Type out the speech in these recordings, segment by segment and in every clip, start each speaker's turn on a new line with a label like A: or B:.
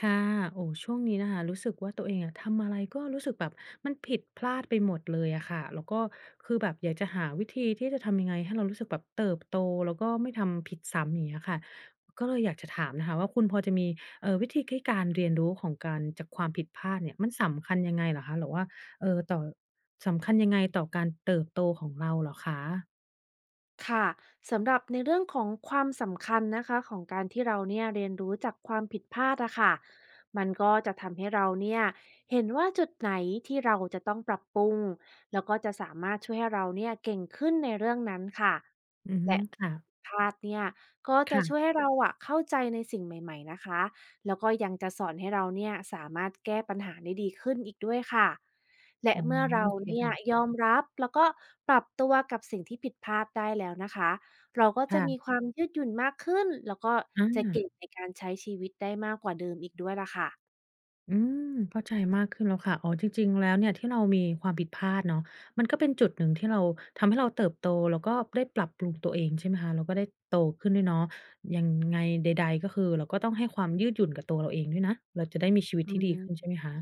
A: ค่ะโอ้ช่วงนี้นะคะรู้สึกว่าตัวเองอะทำอะไรก็รู้สึกแบบมันผิดพลาดไปหมดเลยอะค่ะแล้วก็คือแบบอยากจะหาวิธีที่จะทำยังไงให้เรารู้สึกแบบเติบโตแล้วก็ไม่ทำผิดซ้ำอย่างเงี้ยค่ะก็เลยอยากจะถามนะคะว่าคุณพอจะมีวิธีให้การเรียนรู้ของการจากความผิดพลาดเนี่ยมันสำคัญยังไงเหรอคะหรือว่าเอ่อต่อสำคัญยังไงต่อการเติบโตของเราเหรอคะ
B: ค่ะสำหรับในเรื่องของความสำคัญนะคะของการที่เราเนี่ยเรียนรู้จากความผิดพลาดอะค่ะมันก็จะทำให้เราเนี่ยเห็นว่าจุดไหนที่เราจะต้องปรับปรุงแล้วก็จะสามารถช่วยให้เราเนี่ยเก่งขึ้นในเรื่องนั้นค่ะ
A: อือฮึ
B: และ
A: ค่ะ
B: พลาดเนี่ยก็จะช่วย
A: ค่ะ
B: ให้เราอะเข้าใจในสิ่งใหม่ๆนะคะ แล้วก็ยังจะสอนให้เราเนี่ยสามารถแก้ปัญหาได้ดีขึ้นอีกด้วยค่ะ และ
A: อ๋อ
B: เมื่อ
A: โอ
B: เรา
A: เค
B: เนี่ย
A: ค่ะ
B: ยอมรับแล้วก็ปรับตัวกับสิ่งที่ผิดพลาดได้แล้วนะคะ เราก็จะมี
A: ค่ะ
B: ความยืดหยุ่นมากขึ้นแล้วก็
A: อา
B: จะเก่งในการใช้ชีวิตได้มากกว่าเดิมอีกด้วยล่ะค่ะ
A: อืมเข้าใจมากขึ้นแล้วค่ะอ๋อจริงๆแล้วเนี่ยที่เรามีความผิดพลาดเนาะมันก็เป็นจุดหนึ่งที่เราทำให้เราเติบโตแล้วก็ได้ปรับปรุงตัวเองใช่ไหมคะแล้วก็ได้โตขึ้นด้วยเนาะยังไงใดๆก็คือเราก็ต้องให้ความยืดหยุ่นกับตัวเราเองด้วยนะเราจะได้มีชีวิต
B: อื
A: ที่ดีขึ้น
B: ม
A: ใช่ไหมคะ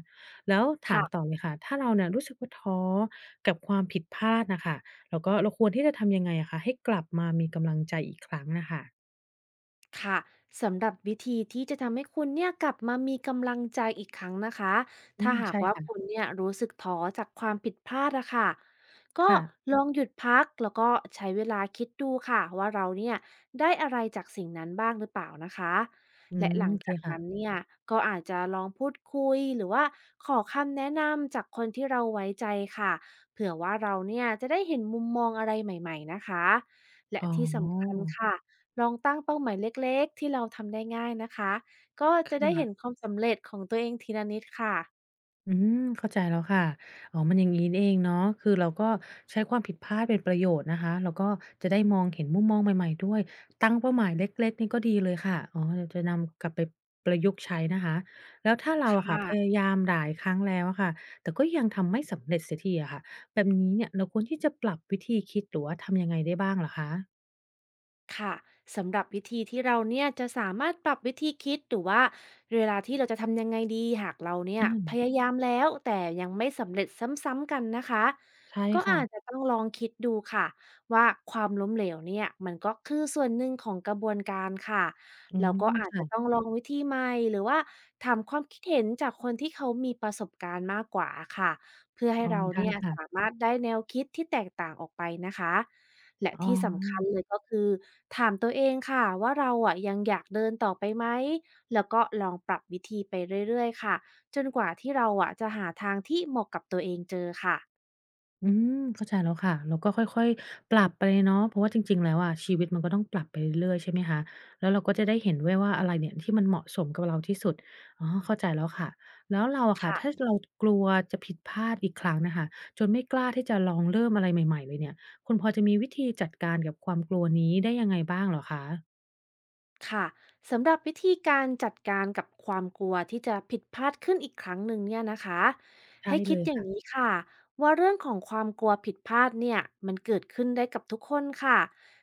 A: แล้วถามต่อ
B: ค่ะ
A: เลยค่ะถ้าเราเนี่ยรู้สึกว่าท้อกับความผิดพลาดน่ะค่ะแล้วก็เราควรที่จะทำยังไงอะคะให้กลับมามีกำลังใจอีกครั้งน่ะค่ะ
B: ค่ะสำหรับวิธีที่จะทำให้คุณเนี่ยกลับมามีกำลังใจอีกครั้งนะคะ
A: อื
B: ถ้า
A: ม
B: หาก
A: ใช่
B: ว่าคุณ
A: ค่ะ
B: เนี่ยรู้สึกท้อจากความผิดพลาดอะค่ะก็
A: ค่ะ
B: ลองหยุดพักแล้วก็ใช้เวลาคิดดูค่ะว่าเราเนี่ยได้อะไรจากสิ่งนั้นบ้างหรือเปล่านะคะ
A: อื
B: และ
A: ม
B: หลั
A: โอ
B: ง
A: เค
B: จาก
A: ค่ะ
B: นั้นเนี่ยก็อาจจะลองพูดคุยหรือว่าขอคำแนะนำจากคนที่เราไว้ใจค่ะเผื่อว่าเราเนี่ยจะได้เห็นมุมมองอะไรใหม่ๆนะคะและ
A: อ๋อ
B: ที่สำคัญค่ะ ลองตั้งเป้าหมายเล็กๆที่เราทำได้ง่ายนะคะ ก็
A: ค
B: จะได้เห็น
A: ่ะ
B: ความสำเร็จของตัวเองทีละนิดค่ะ
A: อืมเข้าใจแล้วค่ะอ๋อมันอย่างงี้นี่เองเนาะคือเราก็ใช้ความผิดพลาดเป็นประโยชน์นะคะแล้วก็จะได้มองเห็นมุมมองใหม่ๆด้วยตั้งเป้าหมายเล็กๆนี่ก็ดีเลยค่ะอ๋อเดี๋ยวจะนำกลับไปประยุกต์ใช้นะคะแล้วถ้าเราอะค่ะ
B: ค่ะ
A: พยายามหลายครั้งแล้วอะค่ะแต่ก็ยังทำไม่สำเร็จเสียทีอะค่ะแบบนี้เนี่ยเราควรที่จะปรับวิธีคิดหรือว่าทำยังไงได้บ้างเหรอคะ
B: ค่ะสำหรับวิธีที่เราเนี่ยจะสามารถปรับวิธีคิดหรือว่าเวลาที่เราจะทำยังไงดีหากเราเนี่ย
A: อืม
B: พยายามแล้วแต่ยังไม่สำเร็จซ้ำๆกันนะคะ
A: ใช่
B: ก็
A: ค่ะ
B: อาจจะต้องลองคิดดูค่ะว่าความล้มเหลวเนี่ยมันก็คือส่วนหนึ่งของกระบวนการค่ะ
A: อื
B: แล้วก็
A: ม
B: อาจจะ
A: ค่ะ
B: ต้องลองวิธีใหม่หรือว่าถามความคิดเห็นจากคนที่เขามีประสบการณ์มากกว่าค่ะเพื่อให้
A: อ๋อ
B: เรา
A: ได้
B: เนี่ยสา
A: ค่ะ
B: มารถได้แนวคิดที่แตกต่างออกไปนะคะ และ
A: อ๋
B: ที่สำคัญ
A: อ
B: เลยก็คือถามตัวเองค่ะว่าเราอะยังอยากเดินต่อไปไหมแล้วก็ลองปรับวิธีไปเรื่อยๆค่ะจนกว่าที่เราอะจะหาทางที่เหมาะกับตัวเองเจอ
A: อืมเข้าใจแล้วค่ะแล้วก็ค่อยๆปรับไปเนาะเพราะว่าจริงๆแล้วอะชีวิตมันก็ต้องปรับไปเรื่อยๆใช่ไหมคะแล้วเราก็จะได้เห็นด้วยว่าอะไรเนี่ยที่มันเหมาะสมกับเราที่สุดอ๋อเข้าใจแล้วค่ะแล้วเราอะค่ะถ้า
B: ค่ะ
A: เรากลัวจะผิดพลาดอีกครั้งน่ะค่ะจนไม่กล้าที่จะลองเริ่มอะไรใหม่ๆเลยเนี่ยคุณพอจะมีวิธีจัดการกับความกลัวนี้ได้ยังไงบ้างเหรอคะ
B: ค่ะสำหรับวิธีการจัดการกับความกลัวที่จะผิดพลาดขึ้นอีกครั้งหนึ่งเนี่ยนะคะ
A: ใช่
B: ให้
A: เล
B: คิด
A: ย
B: อย่างนี้
A: ค่ะ
B: ค่ะว่าเรื่องของความกลัวผิดพลาดเนี่ยมันเกิดขึ้นได้กับทุกคนค่ะ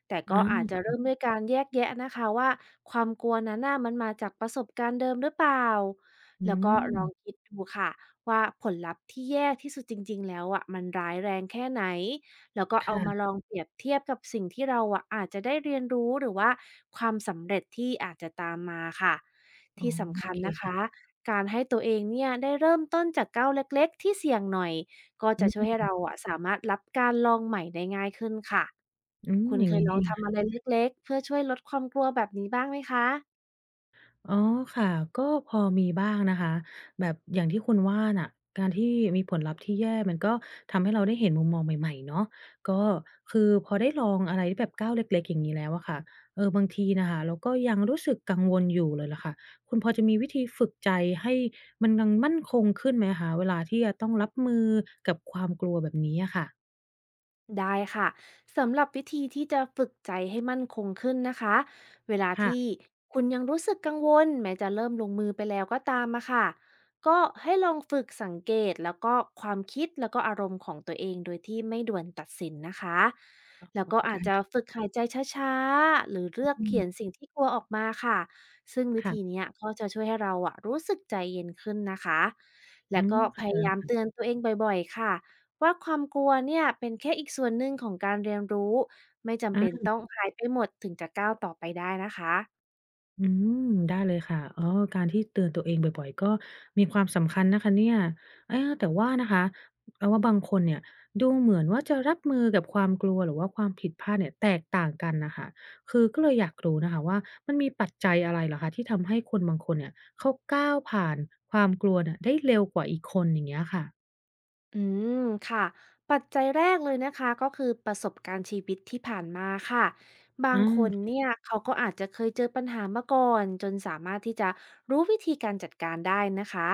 B: แต่
A: อ
B: ก็อาจจะ
A: า
B: เริ่มด้วยการแยกแยะนะคะว่าความกลัวนั้นน่ะมันมาจากประสบการณ์เดิมหรือเปล่า
A: อื
B: แล้วก็ลอง
A: ม
B: คิดดูค่ะว่าผลลัพธ์ที่แย่ที่สุดจริงๆแล้วอ่ะมันร้ายแรงแค่ไหน แล้วก็เอามาล
A: ค่ะ
B: องเปรียบเทียบกับสิ่งที่เราอะอาจจะได้เรียนรู้หรือว่าความสำเร็จที่อาจจะตามมาค่ะ
A: อ๋อ
B: ที่สำ
A: โอ
B: คัญ
A: เค
B: นะคะ
A: ค่ะ
B: การให้ตัวเองเนี่ยได้เริ่มต้นจากก้าวเล็กๆที่เสี่ยงหน่อยก็
A: อื
B: จะช่วย
A: ม
B: ให้เราอะสามารถรับการลองใหม่ได้ง่ายขึ้นค่ะ
A: อืม
B: คุณ
A: อย่า
B: เค
A: ง
B: ย
A: งี้
B: ลอง
A: นี่
B: ทำอะไรเล็กๆเพื่อช่วยลดความกลัวแบบนี้บ้างไหมคะ
A: อ๋อค่ะก็พอมีบ้างนะคะแบบอย่างที่คุณว่าน่ะการที่มีผลลัพธ์ที่แย่มันก็ทำให้เราได้เห็นมุมมองใหม่ๆเนาะก็คือพอได้ลองอะไรที่แบบก้าวเล็กๆอย่างนี้แล้วอะค่ะเออบางทีนะคะเราก็ยังรู้สึกกังวลอยู่เลยล่ะค่ะคุณพอจะมีวิธีฝึกใจให้มันยังมั่นคงขึ้นไหมคะเวลาที่จะต้องรับมือกับความกลัวแบบนี้อะค่ะ
B: ได้ค่ะสำหรับวิธีที่จะฝึกใจให้มั่นคงขึ้นนะคะเวลา
A: ค่ะ
B: ที่คุณยังรู้สึกกังวลแม้จะเริ่มลงมือไปแล้วก็ตามมาค่ะก็ให้ลองฝึกสังเกตแล้วก็ความคิดแล้วก็อารมณ์ของตัวเองโดยที่ไม่ด่วนตัดสินนะคะ
A: ได
B: แล้วก็อา
A: ้
B: จจะ
A: ค่ะ
B: ฝึกหายใจช้าๆหรือเลือก
A: อื
B: เขียน
A: ม
B: สิ่งที่กลัวออกมาค่ะซึ่งวิธี
A: ค่ะ
B: เนี้ยก็จะช่วยให้เราอะรู้สึกใจเย็นขึ้นนะคะ
A: อื
B: แล้ว
A: ม
B: ก็
A: ค
B: พยายาม
A: ่
B: เตือนตัวเองบ่อยๆค่ะ ว่าความกลัวเนี่ยเป็นแค่อีกส่วนหนึ่งของการเรียนรู้ไม่จำเป็น
A: ะ
B: ต้องหายไปหมดถึงจะก้าวต่อไปได้นะคะ
A: อืมได้เลยค่ะอ๋อการที่เตือนตัวเองบ่อยๆก็มีความสำคัญนะคะเนี่ยเออแต่ว่านะคะเราว่าบางคนเนี่ยดูเหมือนว่าจะรับมือกับความกลัวหรือว่าความผิดพลาดเนี่ยแตกต่างกันน่ะค่ะคือก็เลยอยากรู้นะคะว่ามันมีปัจจัยอะไรเหรอคะที่ทำให้คนบางคนเนี่ยเขาก้าวผ่านความกลัวเนี่ยได้เร็วกว่าอีกคนอย่างเงี้ยค่ะ
B: อืมค่ะปัจจัยแรกเลยนะคะก็คือประสบการณ์ชีวิตที่ผ่านมาค่ะบาง
A: อา
B: คนเนี่ยเขาก็อาจจะเคยเจอปัญหามาก่อนจนสามารถที่จะรู้วิธีการจัดการได้นะคะ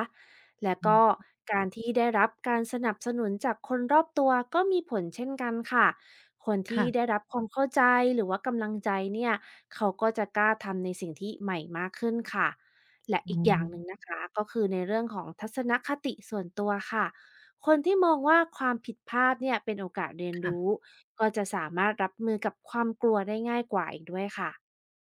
B: และ
A: อื
B: ก็
A: ม
B: การที่ได้รับการสนับสนุนจากคนรอบตัวก็มีผลเช่นกันค่ะคนที่ได้
A: ค่ะ
B: รับความเข้าใจหรือว่ากำลังใจเนี่ยเขาก็จะกล้าทำในสิ่งที่ใหม่มากขึ้นค่ะและ
A: อ๋
B: อีกอย่างหนึ่ง
A: อ
B: นะคะก็คือในเรื่องของทัศนคติส่วนตัวค่ะ คนที่มองว่าความผิดพลาดเนี่ยเป็นโอกาสเรียนรู้
A: ค่ะ
B: ก็จะสามารถรับมือกับความกลัวได้ง่ายกว่าอีกด้วยค่ะ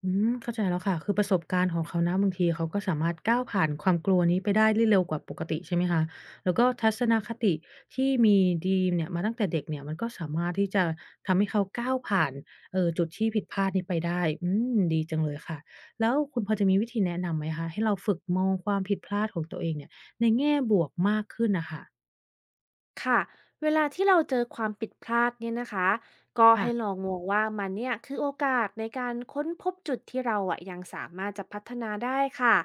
A: อืมเข้าใจแล้วค่ะคือประสบการณ์ของเขานะบางทีเขาก็สามารถก้าวผ่านความกลัวนี้ไปได้ได้เร็วกว่าปกติใช่ไหมคะแล้วก็ทัศนคติที่มีดีมเนี่ยมาตั้งแต่เด็กเนี่ยมันก็สามารถที่จะทำให้เขาก้าวผ่านจุดที่ผิดพลาดนี้ไปได้อืมดีจังเลยค่ะแล้วคุณพอจะมีวิธีแนะนำไหมคะให้เราฝึกมองความผิดพลาดของตัวเองเนี่ยในแง่บวกมากขึ้นน่ะค่ะ
B: ค่ะเวลาที่เราเจอความผิดพลาดเนี่ยนะคะก็ให้ล
A: ค่ะ
B: องมองว่ามันเนี่ยคือโอกาสในการค้นพบจุดที่เราอะยังสามารถจะพัฒนาได้ค่ะ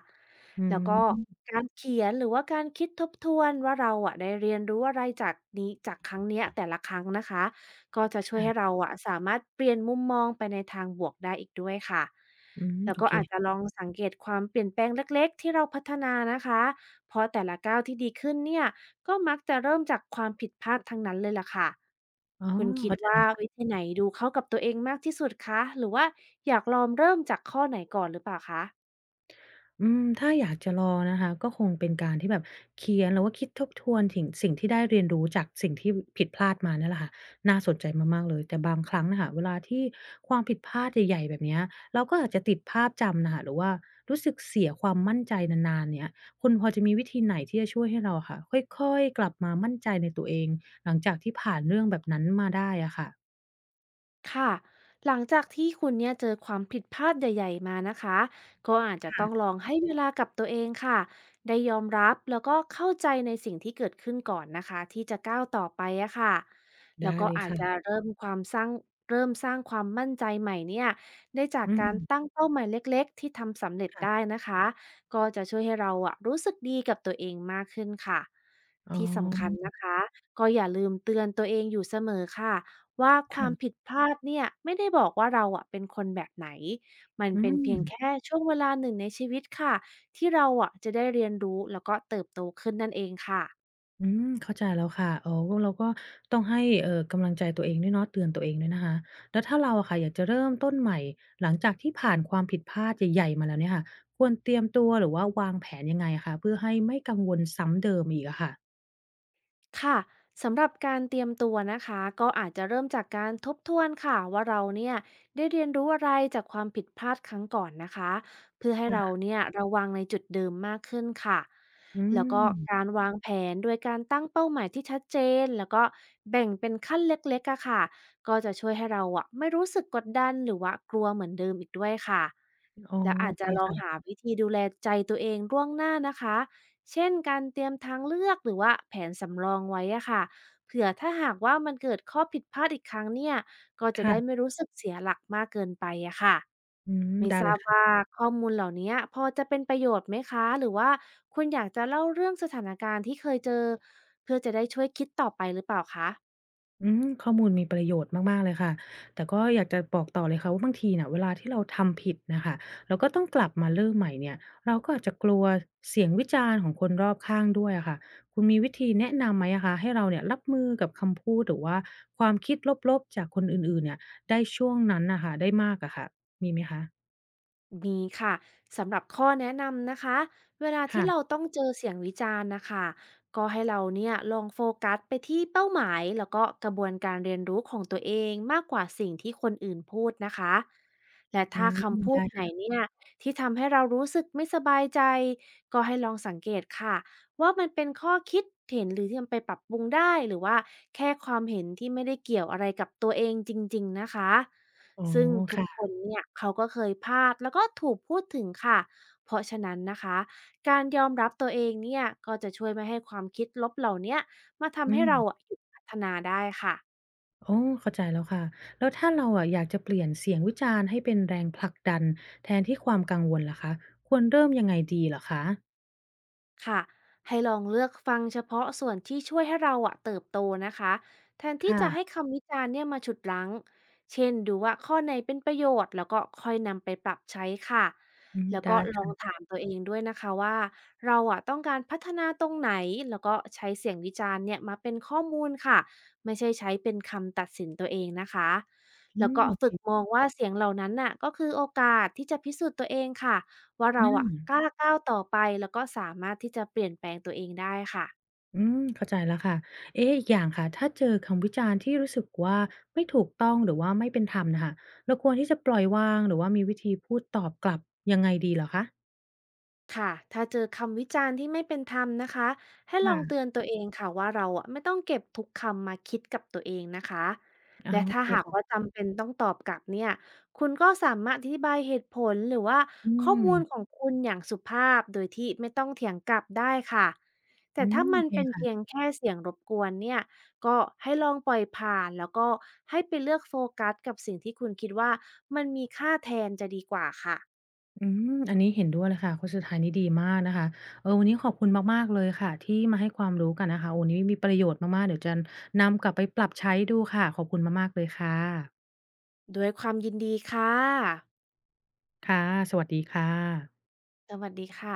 A: อื
B: แล้วก็
A: ม
B: การเขียนหรือว่าการคิดทบทวนว่าเราอะได้เรียนรู้อะไรจากนี้จากครั้งเนี้ยแต่ละครั้งนะคะก็จะช่วยให้
A: ค่ะ
B: เราอะสามารถเปลี่ยนมุมมองไปในทางบวกได้อีกด้วยค่ะ
A: อืม
B: แล้ว
A: โอ
B: ก็
A: เค
B: อาจจะลองสังเกตความเปลี่ยนแปลงเล็กๆที่เราพัฒนานะคะเพราะแต่ละก้าวที่ดีขึ้นเนี่ย ก็มักจะเริ่มจากความผิดพลาดทั้งนั้นเลยล่ะค่ะ
A: อ๋อ
B: คุณคิด
A: เข้าใจ
B: ว่าวิธีไหนดูเข้ากับตัวเองมากที่สุดคะ หรือว่าอยากลองเริ่มจากข้อไหนก่อนหรือเปล่าคะ
A: อืมถ้าอยากจะลองนะคะก็คงเป็นการที่แบบเขียนหรือว่าคิดทบทวนถึงสิ่งที่ได้เรียนรู้จากสิ่งที่ผิดพลาดมาเนี่ยแหละค่ะน่าสนใจมากๆเลยแต่บางครั้งน่ะค่ะเวลาที่ความผิดพลาดใหญ่ๆแบบเนี้ยเราก็อาจจะติดภาพจำน่ะค่ะหรือว่ารู้สึกเสียความมั่นใจนานๆเนี่ยคุณพอจะมีวิธีไหนที่จะช่วยให้เราอะค่ะค่อยๆกลับมามั่นใจในตัวเองหลังจากที่ผ่านเรื่องแบบนั้นมาได้อะค่ะ
B: ค่ะหลังจากที่คุณเนี่ยเจอความผิดพลาดใหญ่ๆมานะคะก็อาจจะต้อง
A: ค่ะ
B: ลองให้เวลากับตัวเองค่ะได้ยอมรับแล้วก็เข้าใจในสิ่งที่เกิดขึ้นก่อนนะคะที่จะก้าวต่อไปอะค่ะแล้ว
A: ได้
B: ก็
A: เลย
B: อาจจะ
A: ค่ะ
B: เริ่มความสร้างเริ่มสร้างความมั่นใจใหม่เนี่ยได้จาก
A: อื
B: การตั้
A: ม
B: งเป้าหมายเล็กๆที่ทำสำเร็จได้
A: ค่ะ
B: นะคะก็จะช่วยให้เราอะรู้สึกดีกับตัวเองมากขึ้นค่ะ
A: อ๋
B: ที่สำคัญ
A: อ
B: นะคะก็อย่าลืมเตือนตัวเองอยู่เสมอค่ะ ว่าความผิ
A: ค่ะ
B: ดพลาดเนี่ยไม่ได้บอกว่าเราอะเป็นคนแบบไหน มัน
A: อื
B: เป็นเพียงแค่
A: ม
B: ช่วงเวลาหนึ่งในชีวิตค่ะที่เราอะจะได้เรียนรู้แล้วก็เติบโตขึ้นนั่นเองค่ะ
A: อืมเข้าใจแล้วค่ะอ๋อเราก็ต้องให้กำลังใจตัวเองด้วยเนาะเตือนตัวเองด้วยนะคะแล้วถ้าเราอะค่ะอยากจะเริ่มต้นใหม่หลังจากที่ผ่านความผิดพลาดใหญ่ๆมาแล้วเนี่ยค่ะควรเตรียมตัวหรือว่าวางแผนยังไงอะคะเพื่อให้ไม่กังวลซ้ำเดิมอีกอะค่ะ
B: ค่ะสำหรับการเตรียมตัวนะคะก็อาจจะเริ่มจากการทบทวนค่ะว่าเราเนี่ยได้เรียนรู้อะไรจากความผิดพลาดครั้งก่อนนะคะเพื่อให้เรา
A: ค่ะ
B: เนี่ยระวังในจุดเดิมมากขึ้นค่ะ
A: อื
B: แล้วก็กา
A: ม
B: รวางแผนโดยการตั้งเป้าหมายที่ชัดเจนแล้วก็แบ่งเป็นขั้นเล็กๆอะค่ะก็จะช่วยให้เราอะไม่รู้สึกกดดันหรือว่ากลัวเหมือนเดิมอีกด้วยค่ะ
A: อ๋อ
B: แล้ว
A: โอ
B: อาจ
A: เค
B: จะลองหา
A: ค่ะ
B: วิธีดูแลใจตัวเองล่วงหน้านะคะ เช่นการเตรียมทางเลือกหรือว่าแผนสำรองไว้อะค่ะเผื่อถ้าหากว่ามันเกิดข้อผิดพลาดอีกครั้งเนี่ยก็จะได้
A: ค่ะ
B: ไม่รู้สึกเสียหลักมากเกินไปอะค่ะ
A: อืม
B: ไม่
A: ได้
B: ท
A: เล
B: รา
A: ย
B: บว่าข้อมูลเหล่านี้พอจะเป็นประโยชน์ไหมคะหรือว่าคุณอยากจะเล่าเรื่องสถานการณ์ที่เคยเจอเพื่อจะได้ช่วยคิดต่อไปหรือเปล่าคะ
A: อืมข้อมูลมีประโยชน์มากๆเลยค่ะแต่ก็อยากจะบอกต่อเลยค่ะว่าบางทีน่ะเวลาที่เราทำผิดน่ะค่ะเราก็ต้องกลับมาเริ่มใหม่เนี่ยเราก็อาจจะกลัวเสียงวิจารณ์ของคนรอบข้างด้วยอะค่ะคุณมีวิธีแนะนำไหมอะคะให้เราเนี่ยรับมือกับคำพูดหรือว่าความคิดลบๆจากคนอื่นๆเนี่ยได้ช่วงนั้นน่ะค่ะได้มากอะค่ะมีไหมคะ
B: มีค่ะสำหรับข้อแนะนำนะคะเวลาที่เรา
A: ค่ะ
B: ต้องเจอเสียงวิจารณ์นะคะก็ให้เราเนี่ยลองโฟกัสไปที่เป้าหมายแล้วก็กระบวนการเรียนรู้ของตัวเองมากกว่าสิ่งที่คนอื่นพูดนะคะและ
A: อื
B: ถ้า
A: ม
B: คำพู
A: ได้
B: ดไหน
A: ค่ะ
B: เนี่ยที่ทำให้เรารู้สึกไม่สบายใจก็ให้ลองสังเกตค่ะว่ามันเป็นข้อคิดเห็นหรือที่นำไปปรับปรุงได้หรือว่าแค่ความเห็นที่ไม่ได้เกี่ยวอะไรกับตัวเองจริงๆนะคะ
A: อ๋อ
B: ซึ่งทุกค
A: ค่ะ
B: นเนี่ยเขาก็เคยพลาดแล้วก็ถูกพูดถึงค่ะเพราะฉะนั้นนะคะการยอมรับตัวเองเนี่ยก็จะช่วยไม่ให้ความคิดลบเหล่าเนี้ยมา
A: อื
B: ทำให้เราอะ
A: ม
B: หยุดพัฒนาได้ค่ะ
A: อ๋อเข้าใจแล้วค่ะแล้วถ้าเราอะอยากจะเปลี่ยนเสียงวิจารณ์ให้เป็นแรงผลักดันแทนที่ความกังวลล่ะคะควรเริ่มยังไงดีเหรอคะ
B: ค่ะให้ลองเลือกฟังเฉพาะส่วนที่ช่วยให้เราอะเติบโตนะคะแทนที่จะให้
A: ค่ะ
B: คำวิจารณ์เนี่ยมาฉุดรั้งเช่นดูว่าข้อไหนเป็นประโยชน์แล้วก็ค่อยนำไปปรับใช้ค่ะ
A: อืม
B: แล้ว
A: ได้
B: ก็ลอง
A: ค่ะ
B: ถามตัวเองด้วยนะคะว่าเราอะต้องการพัฒนาตรงไหน แล้วก็ใช้เสียงวิจารณ์เนี่ยมาเป็นข้อมูลค่ะไม่ใช่ใช้เป็นคำตัดสินตัวเองนะคะ
A: อื
B: แล้ว
A: ม
B: ก็
A: โอเค
B: ฝึกมองว่าเสียงเหล่านั้นน่ะก็คือโอกาสที่จะพิสูจน์ตัวเองค่ะ ว่า
A: อื
B: เราอะก
A: ม
B: ล้าก้าวต่อไปแล้วก็สามารถที่จะเปลี่ยนแปลงตัวเองได้ค่ะ
A: อืมเข้าใจแล้วค่ะเอ๊ะอีกอย่างค่ะถ้าเจอคำวิจารณ์ที่รู้สึกว่าไม่ถูกต้องหรือว่าไม่เป็นธรรมน่ะค่ะเราควรที่จะปล่อยวางหรือว่ามีวิธีพูดตอบกลับยังไงดีเหรอคะ
B: ค่ะถ้าเจอคำวิจารณ์ที่ไม่เป็นธรรมนะคะ ให้ลอ
A: ค่ะ
B: งเตือนตัวเองค่ะว่าเราอะไม่ต้องเก็บทุกคำมาคิดกับตัวเองนะคะ
A: ออ
B: และ
A: โอ
B: ถ้า
A: เค
B: หากว่า
A: ค่ะ
B: จำเป็นต้องตอบกลับเนี่ยคุณก็สามารถอธิบายเหตุผลหรือว่า
A: อื
B: ข้อมูลขอ
A: ม
B: งคุณอย่างสุภาพโดยที่ไม่ต้องเถียงกลับได้ค่ะ
A: อื
B: แต่
A: ม
B: ถ้า
A: โอ
B: มันเป็น
A: เค
B: เพียงแค่เสียงรบกวนเนี่ยก็ให้ลองปล่อยผ่านแล้วก็ให้ไปเลือกโฟกัสกับสิ่งที่คุณคิดว่ามันมีค่าแทนจะดีกว่าค่ะ
A: อืมอันนี้เห็นด้วยเลยค่ะข้อสุดท้ายนี้ดีมากนะคะเออวันนี้ขอบคุณมากๆเลยค่ะที่มาให้ความรู้กันนะคะวันนี้มีประโยชน์มากๆเดี๋ยวจะนำกลับไปปรับใช้ดูค่ะขอบคุณมากๆเลยค่ะ
B: ด้วยความยินดีค่ะ
A: ค่ะสวัสดีค่ะ
B: สวัสดีค่ะ